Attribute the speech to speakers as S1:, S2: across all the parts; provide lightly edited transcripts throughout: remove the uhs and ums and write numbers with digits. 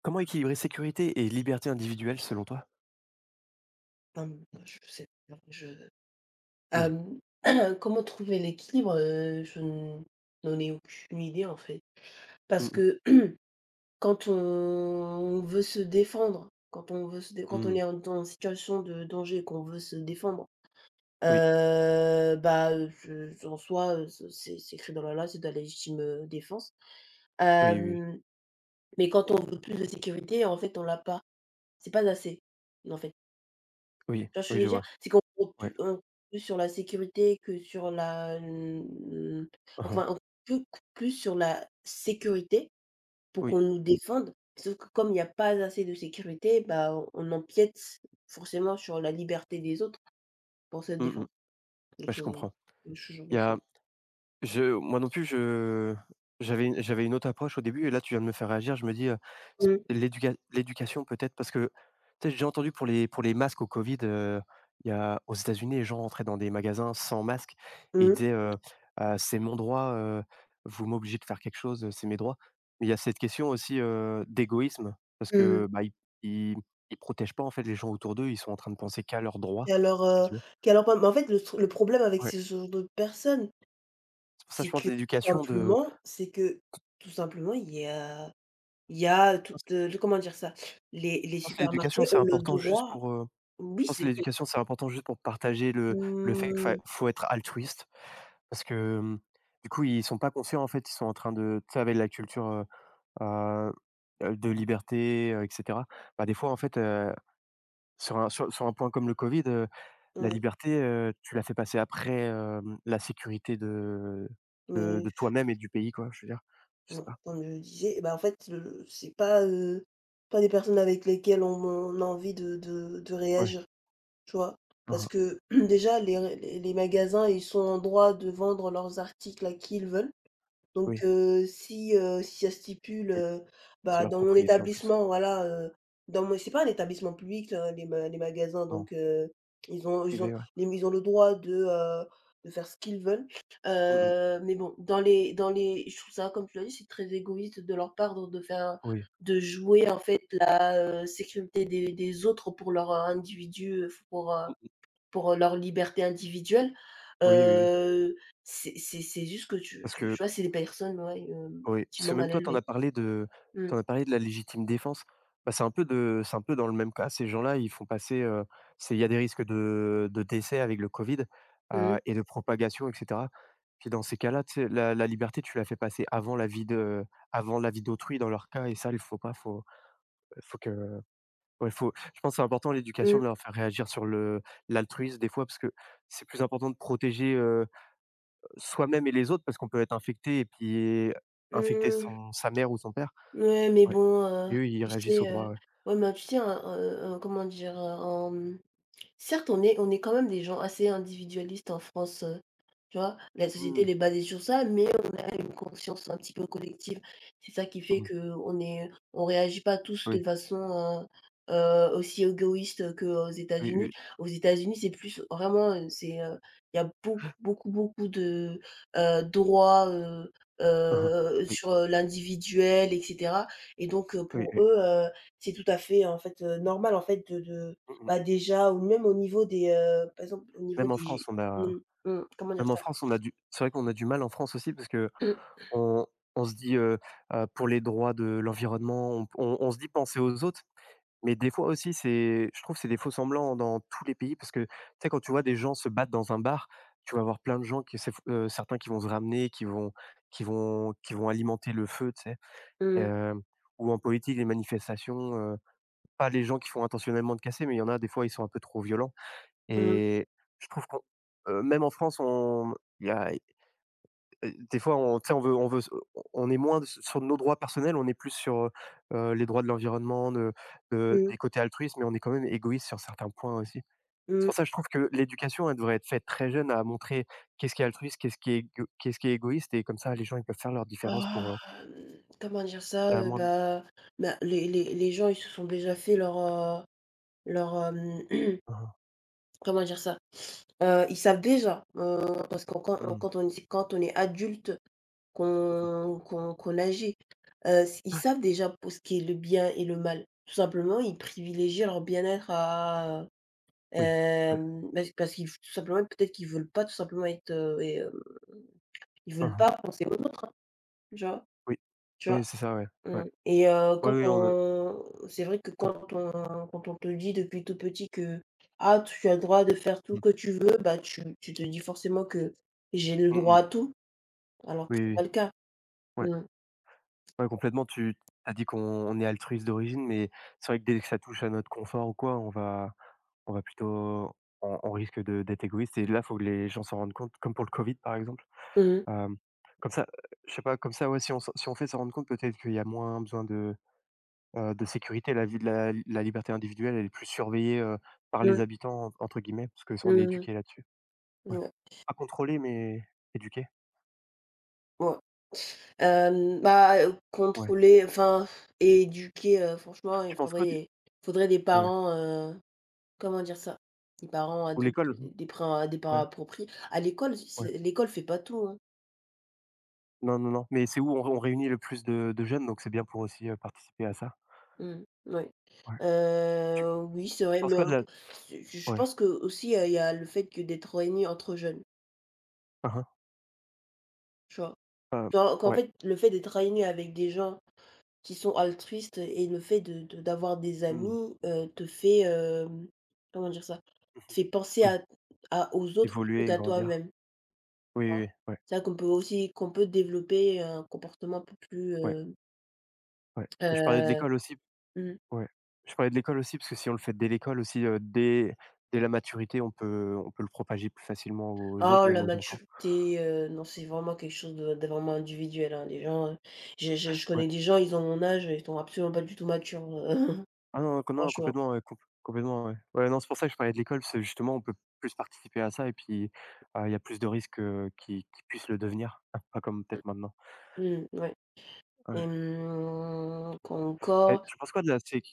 S1: Comment équilibrer sécurité et liberté individuelle selon toi?
S2: Je sais pas,
S1: Oui.
S2: hem, comment trouver l'équilibre? Je n N'en ai aucune idée, en fait.
S1: Mmh
S2: Parce
S1: mh.
S2: que quand on veut se défendre, quand on veut se dé quand on
S1: Mmh.
S2: est en dans une situation de danger et qu'on veut se défendre,
S1: Oui.
S2: je en soi, ce c'est écrit dans la loi, c'est de la légitime, défense.
S1: Oui, oui, oui.
S2: Hem, mais quand on veut plus de sécurité, en fait, on l'a pas. C'est pas assez, en fait.
S1: Oui,
S2: Tu vois ce que
S1: oui,
S2: je veux
S1: je
S2: dire?
S1: vois.
S2: C'est qu'on compte
S1: Ouais.
S2: plus On compte plus sur la sécurité que sur la
S1: Mmh.
S2: enfin, on compte plus sur la sécurité pour
S1: Oui.
S2: qu'on nous défende, sauf que comme il n'y a pas assez de sécurité, bah, on empiète forcément sur la liberté des autres pour se
S1: Mmh mh.
S2: défendre,
S1: Ouais,
S2: donc
S1: je comprends.
S2: ce genre
S1: Il
S2: de
S1: y a
S2: choses.
S1: Je Moi non plus, je j'avais une autre approche au début et là, tu viens de me faire réagir. Je me dis, s
S2: Mmh.
S1: l'éduca l'éducation peut-être parce que, tu sais, j'ai entendu pour les masques au Covid, il y a aux États-Unis, les gens rentraient dans des magasins sans masque et ils
S2: Mmh.
S1: disaient: C'est mon droit, vous m'obligez de faire quelque chose, c'est mes droits». Mais il y a cette question aussi, d'égoïsme parce
S2: Mmh.
S1: que, bah, ils ils protègent pas en fait les gens autour d'eux, ils sont en train de penser qu'à «leurs droits»
S2: Et alors,
S1: entre
S2: heu,
S1: guillemets.
S2: et alors, bah, en fait, le problème avec
S1: Ouais,
S2: ce genre de personnes,
S1: c'est pour ça je
S2: c'est
S1: pense
S2: que
S1: l'éducation de.
S2: simplement c'est que tout simplement, Il y a toutes, le comment dire ça? Les
S1: Je pense que l'éducation,
S2: supermarchés
S1: c'est
S2: ont le
S1: important juste
S2: droit
S1: pour, je
S2: oui,
S1: pense que
S2: c'est
S1: l'éducation, c'est important juste pour partager le fait que
S2: mmh,
S1: faut être altruiste parce que, du coup, ils sont pas conscients, en fait, ils sont en train de, tu sais, avec la culture, heu de liberté, et cetera, bah, des fois, en fait, sur un point comme le covid, la
S2: mmh,
S1: liberté, tu la fais passer après, la sécurité de
S2: mais
S1: toi-même et du pays, quoi, je veux dire. Je sais
S2: bon,
S1: pas.
S2: comme je disais, bah, en fait, c'est pas, pas des personnes avec lesquelles on a envie de de
S1: Ouais.
S2: réagir, tu vois? Parce
S1: Mmh.
S2: que déjà les magasins, ils sont en droit de vendre leurs articles à qui ils veulent. Donc
S1: Oui,
S2: si, si ça stipule,
S1: oui. C'est
S2: bah,
S1: leur
S2: dans mon
S1: propriété, en plus.
S2: établissement, voilà, dans mon c'est pas un établissement public, les magasins,
S1: Non,
S2: donc
S1: privé, ouais.
S2: ils ont le droit de faire ce qu'ils veulent.
S1: Mmh mh.
S2: Mais bon, dans les je trouve ça, comme tu l'as dit, c'est très égoïste de leur part donc de jouer, en fait, la, sécurité des autres pour leur individu,
S1: Oui.
S2: pour, leur liberté individuelle,
S1: Oui, oui, oui.
S2: heu, c'est juste que
S1: Parce
S2: tu
S1: que
S2: vois, c'est des personnes, ouais,
S1: oui, parce
S2: gentiment
S1: que même
S2: mal
S1: toi, tu en
S2: élevées.
S1: as parlé de
S2: Mmh.
S1: t'en as parlé de la légitime défense. Bah, c'est un peu dans le même cas. Ces gens-là, ils font passer, c'est il y a des risques de décès avec le Covid,
S2: Mmh mh.
S1: heu, et de propagation et cetera. Puis dans ces cas-là, tu sais, la liberté, tu la fais passer avant la vie de avant la vie d'autrui dans leur cas et ça, il faut pas, faut que ouais, faut je pense que c'est important l'éducation
S2: Mmh.
S1: de leur faire réagir sur le l'altruisme des fois parce que c'est plus important de protéger, soi-même et les autres parce qu'on peut être infecté et puis infecter
S2: Mmh.
S1: son sa mère ou son père.
S2: Ouais, mais
S1: Ouais
S2: bon, heu,
S1: et eux, ils
S2: tu
S1: réagissent
S2: sais,
S1: au droit, ouais.
S2: ouais, mais tu sais, un comment dire? Certes, on est quand même des gens assez individualistes en France, tu vois? La
S1: Mmh
S2: société, elle
S1: mh.
S2: est basée sur ça, mais on a une conscience un petit peu collective. C'est ça qui fait
S1: Mmh.
S2: qu'on est on réagit pas tous de
S1: Oui,
S2: façon, aussi égoïste qu'aux
S1: oui,
S2: États-Unis.
S1: oui.
S2: Aux États-Unis, c'est plus vraiment, c'est, il y a beaucoup, beaucoup, beaucoup de, droits,
S1: Hein, hein. Oui,
S2: sur, l'individuel et cetera et donc,
S1: oui,
S2: pour
S1: oui.
S2: eux, c'est tout à fait, en fait, normal, en fait, de
S1: Mmh mh.
S2: bah, déjà ou même au niveau des, par exemple, au niveau
S1: Même en
S2: des
S1: France, on a,
S2: mmh, mmh, comment dire
S1: même en
S2: ça?
S1: France, on a du c'est vrai qu'on a du mal en France aussi parce que
S2: Mmh,
S1: on on se dit, pour les droits de l'environnement, on se dit penser aux autres. Mais des fois aussi, c'est, je trouve que c'est des faux-semblants dans tous les pays parce que, tu sais, quand tu vois des gens se battre dans un bar, tu vas avoir plein de gens qui c'est f certains qui vont se ramener, qui vont alimenter le feu, tu sais?
S2: mmh,
S1: Hem, ou en politique, les manifestations, pas les gens qui font intentionnellement de casser, mais il y en a des fois, ils sont un peu trop violents
S2: mmh,
S1: et je trouve qu'on, même en France, on il y a des fois, on, tu sais, on est moins s sur nos droits personnels, on est plus sur, les droits de l'environnement, de
S2: mmh,
S1: des côtés altruistes, mais on est quand même égoïste sur certains points aussi. C'est
S2: mmh.
S1: pour ça, que je trouve que l'éducation, elle devrait être faite très jeune à montrer qu'est-ce qui est altruiste, qu'est-ce qui est égoïste et comme ça, les gens, ils peuvent faire leur différence pour,
S2: Comment dire ça?
S1: faire moins de.
S2: Bah, les gens, ils se sont déjà fait leur, leur,
S1: Ah,
S2: comment dire ça? Ils savent déjà, parce que
S1: mmh mh. Mmh.
S2: quand on est adulte,
S1: Mmh.
S2: qu'on agit, s ils
S1: Ouais.
S2: savent déjà pour ce qui est le bien et le mal. Tout simplement, ils privilégient leur bien-être à
S1: Oui. Ouais.
S2: Parce qu'ils tout simplement, peut-être qu'ils veulent pas tout simplement être, ils
S1: Hein
S2: veulent
S1: hein.
S2: pas penser aux autres, tu vois?
S1: Oui.
S2: Tu vois?
S1: Oui, c'est ça, ouais.
S2: Mmh
S1: Ouais. Oui,
S2: quand
S1: oui, on,
S2: on c'est vrai que
S1: com
S2: quand on te dit depuis tout petit que: «Ah, tu as le droit de faire tout
S1: mmh.
S2: ce que tu veux», bah, tu te dis forcément que: «J'ai le
S1: Mmh
S2: droit
S1: mh.
S2: à tout», alors
S1: Oui,
S2: que c'est
S1: oui.
S2: pas le cas.
S1: Ouais.
S2: Mmh.
S1: Ouais, complètement, tu as dit qu'on est altruiste d'origine, mais c'est vrai que dès que ça touche à notre confort ou quoi, on va plutôt on risque de d'être égoïste et là, faut que les gens s'en rendent compte, comme pour le Covid, par exemple.
S2: Mmh mh.
S1: Hem, Comme ça, je sais pas, comme ça, ouais, si on fait s'en rendre compte, peut-être qu'il y a moins besoin de sécurité. La vie de la la liberté individuelle, elle est plus surveillée, «par les
S2: Mmh.
S1: habitants» en entre guillemets, parce que on est
S2: Mmh.
S1: éduqué là-dessus. Ouais.
S2: Ouais,
S1: Pas contrôlés, mais éduqués,
S2: ouais.
S1: ouais.
S2: Contrôler, enfin, éduquer, franchement, il
S1: Tu penses quoi du
S2: faudrait faudrait des
S1: ouais,
S2: parents, comment dire ça? Les parents
S1: ou
S2: adoptent
S1: l'école?
S2: des parents
S1: Ouais,
S2: appropriés. À l'école,
S1: ouais.
S2: c'est l'école fait pas tout, hein.
S1: Non, non, non, mais c'est où on réunit le plus de jeunes, donc c'est bien pour aussi, participer à ça.
S2: Mmh, ouais.
S1: Ouais. Tu
S2: Oui, c'est
S1: tu
S2: vrai,
S1: penses
S2: mais
S1: quoi de
S2: en
S1: la.
S2: fait, je
S1: Ouais.
S2: pense qu'aussi, il y a le fait que d'être réunis entre jeunes,
S1: Hein, hein.
S2: tu vois? Qu'en qu'en
S1: Ouais.
S2: fait, le fait d'être réunis avec des gens qui sont altruistes et le fait de d'avoir des
S1: Mmh.
S2: amis, te fait, comment dire ça? Te
S1: Mmh.
S2: fait penser
S1: Oui,
S2: à aux autres plutôt
S1: évoluer
S2: qu'à
S1: grandir.
S2: toi-même, tu
S1: Oui, oui,
S2: vois?
S1: oui. Ouais,
S2: Cest à qu'on peut aussi qu'on peut développer un comportement un peu plus,
S1: ouais,
S2: euh,
S1: ouais et je parlais de
S2: Heu,
S1: l'école aussi.
S2: mmh.
S1: Ouais. Je parlais de l'école aussi parce que si on le fait dès l'école aussi, dès la maturité, on peut le propager plus facilement aux autres,
S2: Oh
S1: même
S2: la
S1: aux enfants.
S2: maturité, non, c'est vraiment quelque chose de vraiment individuel, hein. Les gens, j'ai je
S1: Ouais.
S2: connais des gens, ils ont mon âge et ils sont absolument pas du tout matures,
S1: Ah non, co non,
S2: franchement.
S1: complètement, ouais, complètement, ouais. Ouais, non, c'est pour ça que je parlais de l'école, c'est justement, on peut plus participer à ça et puis, il y a plus de risques, qu'ils puissent le devenir, pas comme peut-être maintenant.
S2: Mmh, ouais
S1: Ouais.
S2: quoi
S1: Et
S2: encore?
S1: tu penses quoi de la séc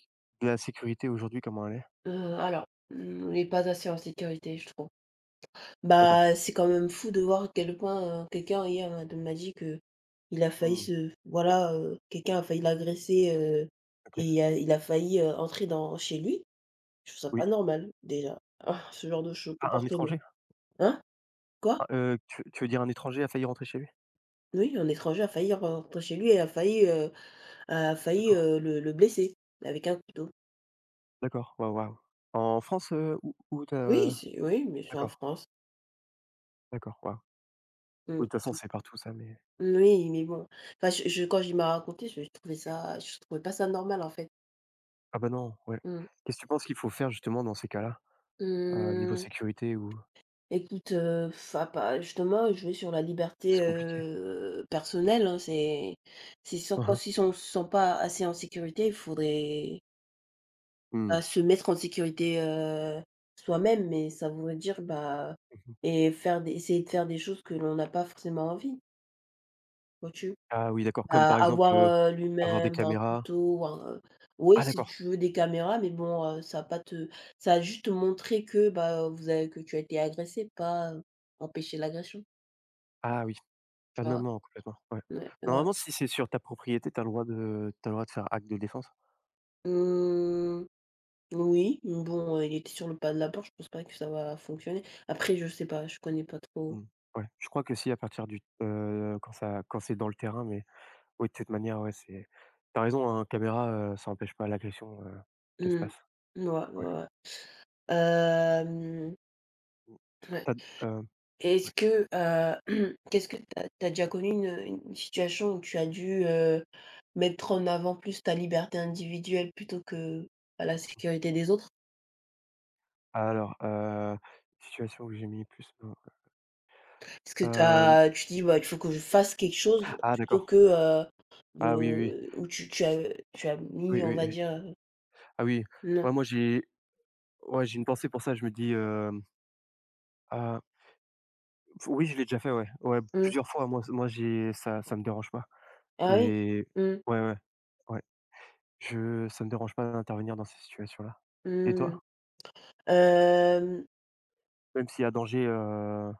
S1: de la sécurité aujourd'hui, comment elle est?
S2: Alors, mmh, on n'est pas assez en sécurité, je trouve.
S1: D'accord.
S2: Bah, c'est quand même fou de voir à quel point, quelqu'un hier m'a de m'a dit qu'il a failli
S1: Mmh,
S2: se voilà, quelqu'un a failli l'agresser, et
S1: OK,
S2: il a failli, entrer dans chez lui. Je trouve ça
S1: oui.
S2: pas normal, déjà, ah, ce genre de cho
S1: Ah, un
S2: comportement.
S1: étranger?
S2: Hein? Quoi?
S1: Ah, tu veux dire un étranger a failli rentrer chez lui?
S2: Oui, un étranger a failli rentrer chez lui et a failli,
S1: D'accord,
S2: le blesser avec un couteau.
S1: d'accord. Waouh, waouh. En France, où tu
S2: Oui, c'est oui, mais c'est en
S1: d'accord,
S2: France.
S1: d'accord, waouh. Oui, de
S2: Mmh.
S1: toute façon, c'est partout ça, mais
S2: Oui, mais bon, enfin, je quand il m'a raconté, je trouvais pas ça normal, en fait.
S1: ah bah non, ouais.
S2: Mmh.
S1: Qu'est-ce que tu penses qu'il faut faire justement dans ces cas-là, niveau
S2: Mmh,
S1: sécurité ou
S2: écoute, à pas justement, je vais sur la liberté,
S1: c'est compliqué?
S2: personnelle, hein, c'est sans quoi
S1: Mmh.
S2: s'ils sont se sentent pas assez en sécurité, il faudrait bah,
S1: Mmh.
S2: se mettre en sécurité, soi-même, mais ça voudrait dire, bah
S1: Mmh mh.
S2: et faire des essayer de faire des choses que l'on n'a pas forcément envie, vois-tu?
S1: Ah oui, d'accord, comme
S2: Bah,
S1: par exemple,
S2: avoir,
S1: avoir des
S2: lui-même un
S1: caméras.
S2: couteau ou un, oui,
S1: Ah
S2: si
S1: d'accord.
S2: tu veux des caméras, mais bon, ça va pas te ça a juste montré que, bah, vous avez que tu as été agressé, pas, empêcher l'agression,
S1: Ah oui.
S2: tu
S1: Ah non,
S2: vois?
S1: non, complètement, ouais.
S2: Ouais, ouais.
S1: Normalement, si c'est sur ta propriété, tu as le droit de faire acte de défense.
S2: Mmh, oui, mais bon, il était sur le pas de la porte, je pense pas que ça va fonctionner. Après je sais pas, je connais pas trop.
S1: Mmh. Ouais, je crois que si à partir du quand ça quand c'est dans le terrain, mais oui, de toute manière, ouais, c'est tu as raison, hein, caméra, ça empêche pas l'agression, qu'elle se
S2: Mmh,
S1: passe.
S2: ouais, ouais,
S1: Ouais.
S2: ouais. Hem, ouais.
S1: Tu as d
S2: Est-ce
S1: ouais.
S2: que, qu'est-ce que tu as déjà connu une situation où tu as dû, mettre en avant plus ta liberté individuelle plutôt que, bah, la sécurité des autres?
S1: Alors, situation où j'ai mis plus
S2: Est-ce que
S1: hem,
S2: t'as tu dis: «Bah, il faut que je fasse quelque chose»
S1: ah
S2: plutôt
S1: d'accord.
S2: que,
S1: Ah oui, oui, oui.
S2: de où tu as mis,
S1: Oui,
S2: on
S1: oui,
S2: va
S1: oui.
S2: dire,
S1: Ah oui.
S2: non.
S1: Ouais, j'ai une pensée pour ça, je me dis, heu, oui, je l'ai déjà fait, ouais. Ouais,
S2: Mmh.
S1: plusieurs fois, moi, j'ai ça ça me dérange pas
S2: Ah oui?
S1: et
S2: Mmh.
S1: ouais, ouais, ouais, je ça me dérange pas d'intervenir dans ces situations-là et
S2: Mmh.
S1: toi?
S2: Hem,
S1: Même s'il y a danger,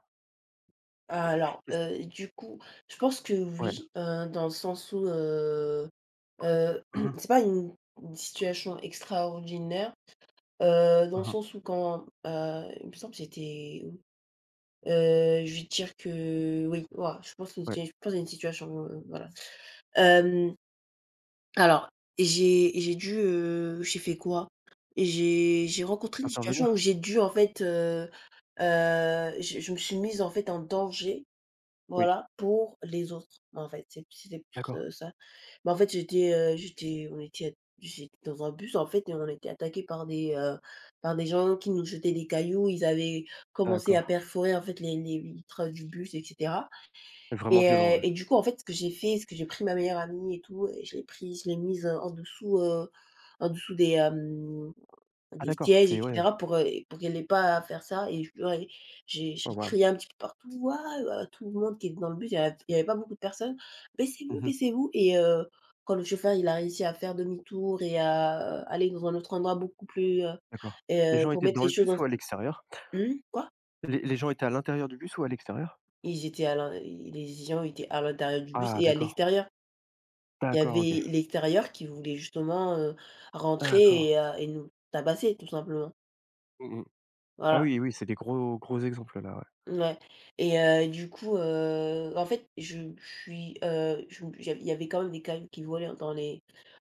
S2: alors,
S1: qu'est-ce
S2: je pense que
S1: ouais.
S2: oui, dans le sens où, Heu,
S1: Mmh mh.
S2: c'est pas une situation extraordinaire, dans le
S1: Mmh.
S2: sens où quand, il me semble j'étais où? Je vais te dire que oui, ouah, je pense que
S1: Ouais.
S2: j'ai je pense à une situation, voilà. Hem, alors j'ai dû, j'ai fait quoi? J'ai rencontré une situation
S1: Intervenir?
S2: où j'ai dû en fait, je me suis mise en fait en danger
S1: Oui,
S2: voilà, pour les autres, en fait, c'était plus,
S1: d'accord,
S2: ça. Mais en fait, j'étais, j'étais on était j'étais dans un bus, en fait, et on était attaqué par des gens qui nous jetaient des cailloux. Ils avaient commencé à
S1: d'accord.
S2: perforer, en fait, les vitres du bus et cetera
S1: Vraiment violent, ouais.
S2: et du coup, en fait, ce que j'ai fait, c'est que j'ai pris ma meilleure amie et tout et je l'ai prise, je l'ai mise, en dessous des, hem
S1: Ah
S2: des
S1: d'accord,
S2: sièges et
S1: c'est ouais, enfin,
S2: cetera pour qu'elle ait pas à faire ça et je pleurais.
S1: oh,
S2: J'ai
S1: waouh.
S2: crié un petit peu partout: «Waouh!» à tout le monde qui était dans le bus, il y avait pas beaucoup de personnes: «Baissez-vous,
S1: Mmh.
S2: baissez-vous» et quand le chauffeur, il a réussi à faire demi-tour et à, aller dans un autre endroit beaucoup plus,
S1: D'accord. Les gens
S2: pour
S1: étaient
S2: mettre
S1: dans
S2: les
S1: le
S2: choses dans
S1: bus ou à l'extérieur?
S2: mmh? Quoi?
S1: Les gens étaient à l'intérieur du bus ou à l'extérieur?
S2: Ils étaient à l'in Les gens étaient à l'intérieur du bus
S1: Ah
S2: et à
S1: d'accord,
S2: l'extérieur. Il y
S1: d'accord, OK,
S2: avait l'extérieur qui voulait justement,
S1: d'accord.
S2: rentrer et nous tabasser tout simplement.
S1: Mmh mmh, ah
S2: Voilà.
S1: oui, oui, c'est des gros gros exemples là, ouais.
S2: Ouais en fait, je suis, je j'av il y avait quand même des cailloux qui volaient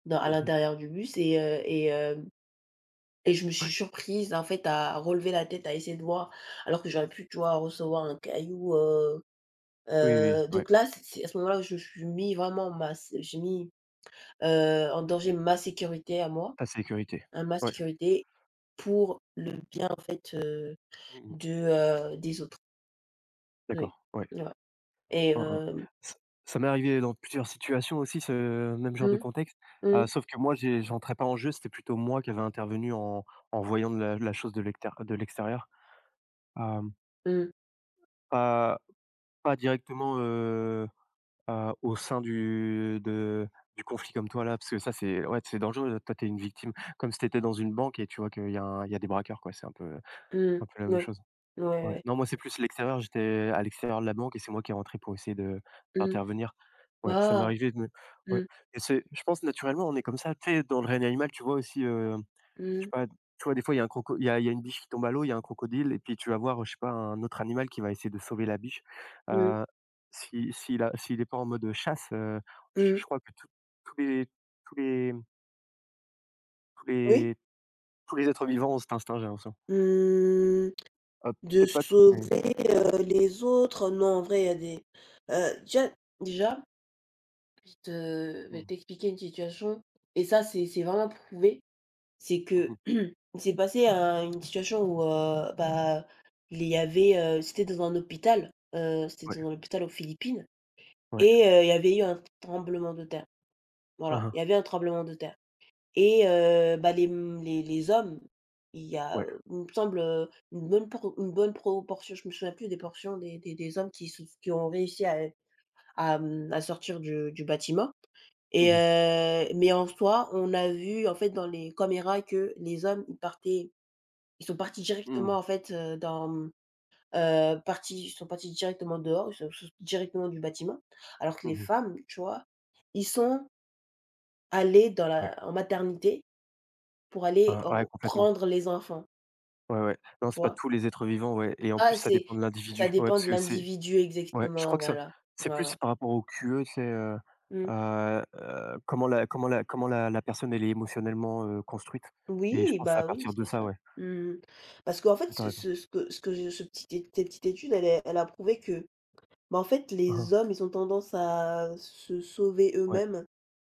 S2: dans à
S1: Mmh.
S2: l'intérieur du bus et je me suis
S1: Ouais.
S2: surprise, en fait, à relever la tête, à essayer de voir, alors que j'aurais pu, tu vois, recevoir un caillou,
S1: Oui, oui, oui, ouais.
S2: donc là, c'est à ce moment-là où je me suis mis vraiment ma j'ai mis, en danger ma sécurité à moi,
S1: Ta sécurité.
S2: hein, ma
S1: Ouais.
S2: sécurité pour le bien, en fait,
S1: Mmh.
S2: de, des autres. Oui,
S1: D'accord, ouais.
S2: ouais et
S1: Hein, hein.
S2: hem
S1: Ç ça m'est arrivé dans plusieurs situations aussi ce même genre de
S2: mmh.
S1: contexte,
S2: Mmh.
S1: sauf que moi j'entrais pas en jeu, c'était plutôt moi qui avais intervenu en voyant de la chose de l'extér de l'extérieur. Hem,
S2: Mmh.
S1: pas pas directement, au sein du conflit comme toi là, parce que ça c'est ouais, c'est dangereux, toi t'es une victime, comme si t'étais dans une banque et tu vois qu'il y a des braqueurs quoi, c'est
S2: Mmh.
S1: un peu la même
S2: Oui.
S1: chose.
S2: Ouais,
S1: Ouais,
S2: ouais.
S1: non, moi, c'est plus l'extérieur. J'étais à l'extérieur de la banque et c'est moi qui est rentré pour essayer de
S2: Mmh.
S1: d'intervenir. Ouais, ça m'est
S2: Ah!
S1: arrivé de me ouais
S2: Mmh.
S1: et c'est je pense naturellement, on est comme ça. Tu sais, dans le règne animal, tu vois aussi, je sais
S2: Mmh.
S1: pas, tu vois, des fois, il y a une biche qui tombe à l'eau, il y a un crocodile et puis tu vas voir, je sais pas, un autre animal qui va essayer de sauver la biche.
S2: Mmh.
S1: Heu, si s'il a s'il est pas en mode chasse, je
S2: Mmh.
S1: je crois que tous les tous les tous
S2: Oui.
S1: les tous les êtres vivants ont cet instinct, j'ai l'impression.
S2: Mmh,
S1: Heu,
S2: de
S1: peut-être pas tous, mais
S2: sauver, les autres, non, en vrai, il y a des déjà déjà, je te vais
S1: mmh.
S2: t'expliquer une situation et ça, c'est vraiment prouvé. C'est que
S1: Mmh.
S2: c'est passé à une situation où, bah, il y avait, c'était dans un hôpital,
S1: Ouais,
S2: aux Philippines
S1: ouais.
S2: il y avait eu un tremblement de terre. Voilà,
S1: Hein hein.
S2: il y avait un tremblement de terre. Et bah, les mmh, les hommes,
S1: Ouais.
S2: il me semble, une bonne proportion, je me souviens plus des portions des hommes qui ont réussi à, mmh, à sortir du bâtiment
S1: Mmh mh.
S2: mais en soi, on a vu en fait dans les caméras que les hommes, ils sont partis directement
S1: Mmh.
S2: en fait, dans, mmh, partis ils sont partis directement dehors, ils sont sont directement du bâtiment. Alors que les
S1: Mmh.
S2: femmes, tu vois, ils sont allés dans
S1: Ouais.
S2: la en maternité pour aller
S1: Ah ouais,
S2: r
S1: complètement.
S2: prendre les enfants,
S1: Ouais, ouais. Non,
S2: tu
S1: c'est pas
S2: vois?
S1: tous les êtres vivants, ouais et en
S2: Ah
S1: plus, ça
S2: c'est
S1: dépend de
S2: ça
S1: l'individu. Ouais,
S2: dépend
S1: parce
S2: de
S1: que c'est
S2: l'individu
S1: ouais, je
S2: exactement,
S1: crois que ça
S2: voilà,
S1: c'est
S2: voilà.
S1: plus par rapport au QE, tu sais,
S2: Mmh.
S1: comment la comment la comment la la personne, elle est émotionnellement, construite et je
S2: Oui,
S1: pense que c'est à
S2: bah, oui,
S1: partir de
S2: c'est ça.
S1: ça, ouais.
S2: Mmh. Parce qu'en fait,
S1: Ouais, tu
S2: ce
S1: raison.
S2: ce ce que je ce petit é cette petite étude, elle a prouvé que, bah, en fait,
S1: Hein hein.
S2: les hommes, ils ont tendance à se sauver
S1: Ouais.
S2: eux-mêmes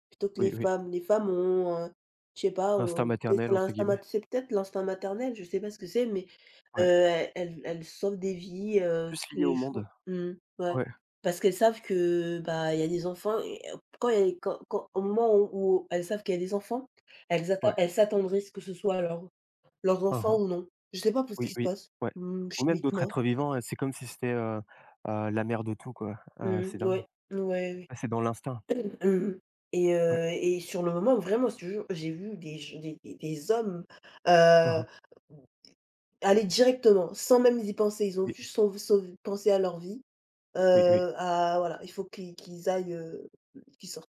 S2: plutôt que
S1: Oui,
S2: les
S1: oui.
S2: femmes. Les femmes ont, je sais pas,
S1: «L'instinct
S2: ont peut c'est
S1: maternel» entre
S2: l'instinct mat
S1: guillemets.
S2: c'est peut-être l'instinct maternel, je sais pas ce que c'est, mais,
S1: Ouais.
S2: elles sauvent des vies, tous
S1: Plus lié
S2: les
S1: au
S2: jours.
S1: monde.
S2: Mmh, ouais.
S1: Ouais,
S2: Parce qu'elles savent que, bah, il y a des enfants quand il y a quand quand au moment où elles savent qu'il y a des enfants,
S1: ouais.
S2: elles s'attendrissent que ce soit leurs
S1: Hein
S2: enfants
S1: hein.
S2: ou non. Je sais pas pour ce
S1: Oui,
S2: qui se
S1: oui.
S2: passe,
S1: Ouais.
S2: mmh,
S1: Ou même d'autres
S2: chimiquement.
S1: êtres vivants, c'est comme si c'était, la mère de tout, quoi.
S2: Mmh,
S1: C'est dingue.
S2: ouais, ouais, oui.
S1: Ouais, c'est dans l'instinct.
S2: Mmh
S1: Ouais.
S2: et sur le moment, vraiment, je te jure, j'ai vu des je des hommes,
S1: Hein,
S2: heu,
S1: hein.
S2: aller directement, sans même y penser. Ils ont
S1: Oui,
S2: juste sauv sauv pensé à leur vie,
S1: oui, oui.
S2: à voilà, il faut qu'ils aillent, qu'ils sortent.